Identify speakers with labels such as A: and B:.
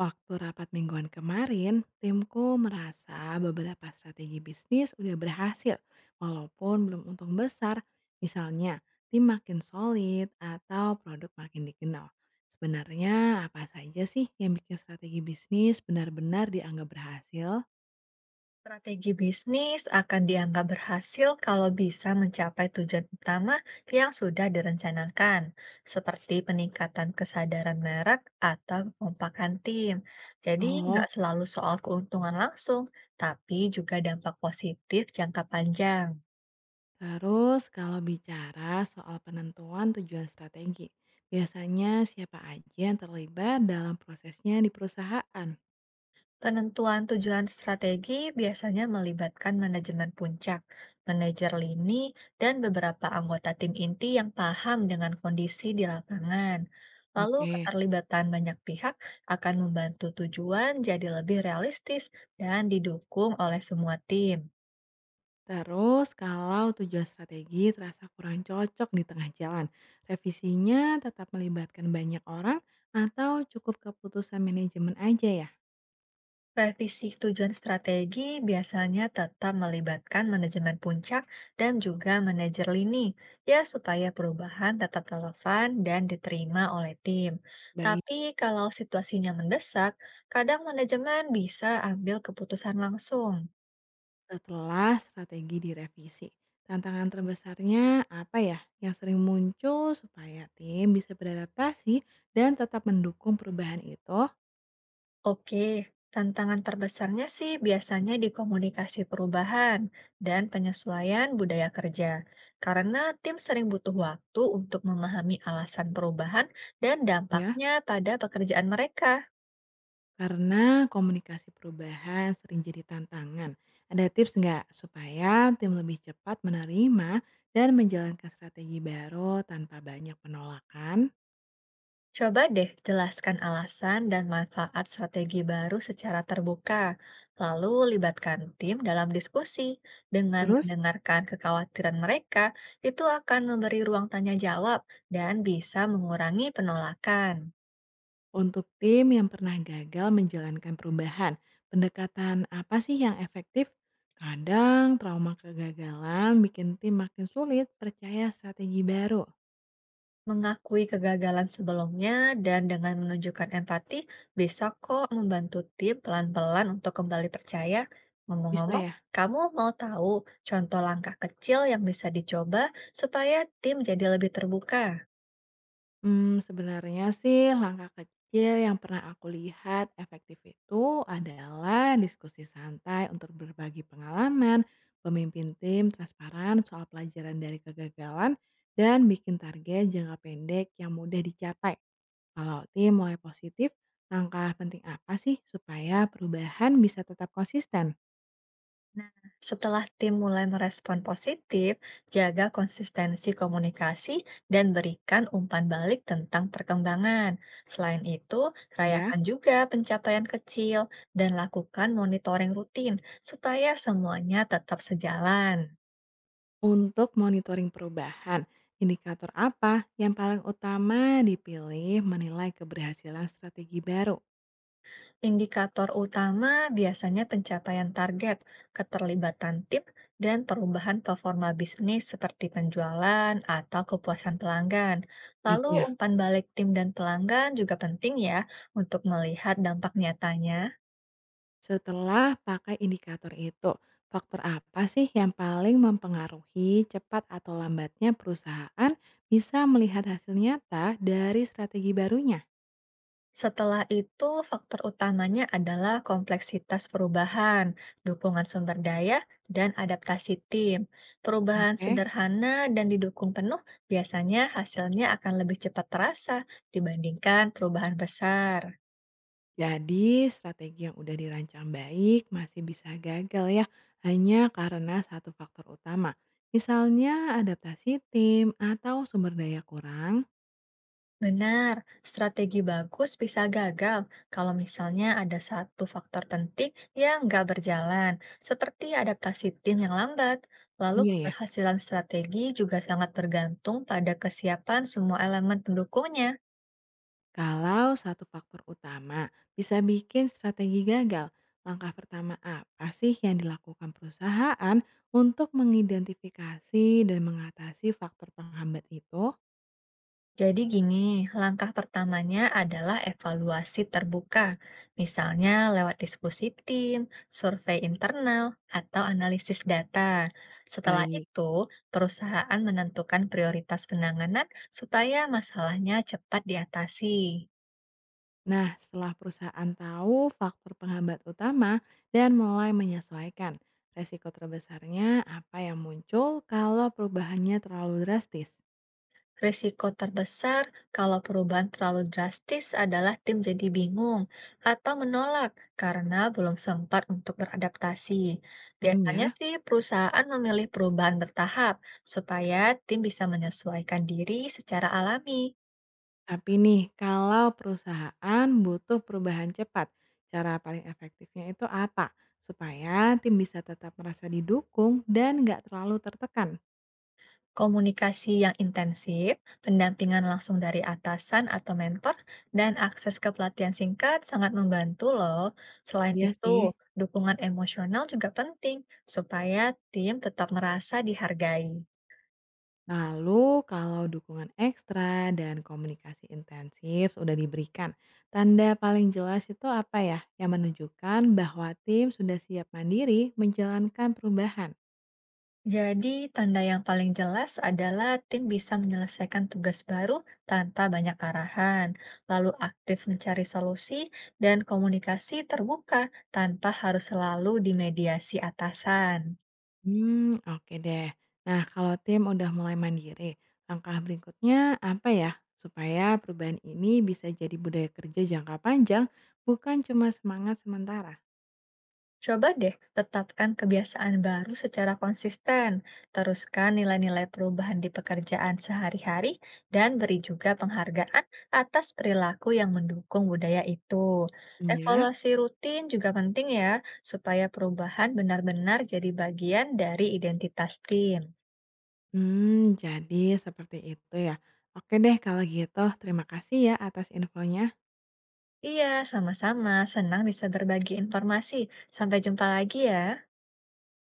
A: Waktu rapat mingguan kemarin, timku merasa beberapa strategi bisnis udah berhasil, walaupun belum untung besar. Misalnya, tim makin solid atau produk makin dikenal. Sebenarnya apa saja sih yang bikin strategi bisnis benar-benar dianggap berhasil?
B: Strategi bisnis akan dianggap berhasil kalau bisa mencapai tujuan utama yang sudah direncanakan, seperti peningkatan kesadaran merek atau kekompakan tim. Jadi, nggak
A: Oh,
B: selalu soal keuntungan langsung, tapi juga dampak positif jangka panjang.
A: terus kalau bicara soal penentuan tujuan strategi, biasanya siapa aja yang terlibat dalam prosesnya di perusahaan?
B: Penentuan tujuan strategi biasanya melibatkan manajemen puncak, manajer lini, dan beberapa anggota tim inti yang paham dengan kondisi di lapangan. Lalu,
A: Oke.
B: keterlibatan banyak pihak akan membantu tujuan jadi lebih realistis dan didukung oleh semua tim.
A: Terus kalau tujuan strategi terasa kurang cocok di tengah jalan, revisinya tetap melibatkan banyak orang atau cukup keputusan manajemen aja ya?
B: Revisi tujuan strategi biasanya tetap melibatkan manajemen puncak dan juga manajer lini, ya supaya perubahan tetap relevan dan diterima oleh tim.
A: Baik.
B: Tapi kalau situasinya mendesak, kadang manajemen bisa ambil keputusan langsung.
A: Setelah strategi direvisi, tantangan terbesarnya apa ya yang sering muncul supaya tim bisa beradaptasi dan tetap mendukung perubahan itu?
B: Oke, tantangan terbesarnya sih biasanya di komunikasi perubahan dan penyesuaian budaya kerja, karena tim sering butuh waktu untuk memahami alasan perubahan dan
A: Ya.
B: dampaknya pada pekerjaan mereka.
A: Karena komunikasi perubahan sering jadi tantangan. Ada tips nggak supaya tim lebih cepat menerima dan menjalankan strategi baru tanpa banyak penolakan?
B: Coba deh jelaskan alasan dan manfaat strategi baru secara terbuka, lalu libatkan tim dalam diskusi. Dengan
A: Terus,
B: mendengarkan kekhawatiran mereka, itu akan memberi ruang tanya jawab dan bisa mengurangi penolakan.
A: untuk tim yang pernah gagal menjalankan perubahan, pendekatan apa sih yang efektif? Kadang trauma kegagalan bikin tim makin sulit percaya strategi baru.
B: Mengakui kegagalan sebelumnya dan dengan menunjukkan empati bisa kok membantu tim pelan-pelan untuk kembali percaya.
A: Bisa
B: Ngomong-ngomong,
A: ya?
B: kamu mau tahu contoh langkah kecil yang bisa dicoba supaya tim jadi lebih terbuka?
A: Sebenarnya sih langkah kecil yang pernah aku lihat efektif itu adalah diskusi santai untuk berbagi pengalaman, pemimpin tim transparan soal pelajaran dari kegagalan, dan bikin target jangka pendek yang mudah dicapai. Kalau tim mulai positif, langkah penting apa sih supaya perubahan bisa tetap konsisten?
B: Nah, setelah tim mulai merespon positif, jaga konsistensi komunikasi dan berikan umpan balik tentang perkembangan. Selain itu, rayakan
A: Ya.
B: juga pencapaian kecil dan lakukan monitoring rutin supaya semuanya tetap sejalan.
A: Untuk monitoring perubahan, indikator apa yang paling utama dipilih menilai keberhasilan strategi baru?
B: Indikator utama biasanya pencapaian target, keterlibatan tim, dan perubahan performa bisnis seperti penjualan atau kepuasan pelanggan.
A: Gitu
B: Lalu
A: ya.
B: umpan balik tim dan pelanggan juga penting ya untuk melihat dampak nyatanya.
A: Setelah pakai indikator itu, faktor apa sih yang paling mempengaruhi cepat atau lambatnya perusahaan bisa melihat hasil nyata dari strategi barunya?
B: Setelah itu, faktor utamanya adalah kompleksitas perubahan, dukungan sumber daya, dan adaptasi tim. Perubahan
A: Oke.
B: sederhana dan didukung penuh biasanya hasilnya akan lebih cepat terasa dibandingkan perubahan besar.
A: Jadi, strategi yang udah dirancang baik masih bisa gagal ya, hanya karena satu faktor utama. Misalnya adaptasi tim atau sumber daya kurang.
B: Benar, strategi bagus bisa gagal kalau misalnya ada satu faktor penting yang nggak berjalan, seperti adaptasi tim yang lambat. Lalu
A: Iya ya,
B: keberhasilan strategi juga sangat bergantung pada kesiapan semua elemen pendukungnya.
A: kalau satu faktor utama bisa bikin strategi gagal, langkah pertama apa sih yang dilakukan perusahaan untuk mengidentifikasi dan mengatasi faktor penghambat itu?
B: Jadi gini, langkah pertamanya adalah evaluasi terbuka, misalnya lewat diskusi tim, survei internal, atau analisis data. Setelah
A: Baik.
B: itu, perusahaan menentukan prioritas penanganan supaya masalahnya cepat diatasi.
A: Nah, setelah perusahaan tahu faktor penghambat utama dan mulai menyesuaikan, resiko terbesarnya apa yang muncul kalau perubahannya terlalu drastis?
B: Risiko terbesar kalau perubahan terlalu drastis adalah tim jadi bingung atau menolak karena belum sempat untuk beradaptasi.
A: Hmm
B: Biasanya
A: ya,
B: sih perusahaan memilih perubahan bertahap supaya tim bisa menyesuaikan diri secara alami.
A: tapi nih kalau perusahaan butuh perubahan cepat, cara paling efektifnya itu apa? Supaya tim bisa tetap merasa didukung dan nggak terlalu tertekan.
B: Komunikasi yang intensif, pendampingan langsung dari atasan atau mentor, dan akses ke pelatihan singkat sangat membantu loh. Selain
A: Iya
B: itu,
A: sih.
B: dukungan emosional juga penting supaya tim tetap merasa dihargai.
A: Lalu kalau dukungan ekstra dan komunikasi intensif sudah diberikan, tanda paling jelas itu apa ya? Yang menunjukkan bahwa tim sudah siap mandiri menjalankan perubahan.
B: Jadi, tanda yang paling jelas adalah tim bisa menyelesaikan tugas baru tanpa banyak arahan, lalu aktif mencari solusi dan komunikasi terbuka tanpa harus selalu dimediasi atasan.
A: Hmm, oke deh. Nah, kalau tim udah mulai mandiri, langkah berikutnya apa ya? Supaya perubahan ini bisa jadi budaya kerja jangka panjang, bukan cuma semangat sementara.
B: Coba deh tetapkan kebiasaan baru secara konsisten, teruskan nilai-nilai perubahan di pekerjaan sehari-hari, dan beri juga penghargaan atas perilaku yang mendukung budaya itu.
A: Ya.
B: Evaluasi rutin juga penting ya, supaya perubahan benar-benar jadi bagian dari identitas tim.
A: Hmm, jadi seperti itu ya. Oke deh kalau gitu, terima kasih ya atas infonya.
B: Iya, sama-sama. Senang bisa berbagi informasi. Sampai jumpa lagi ya.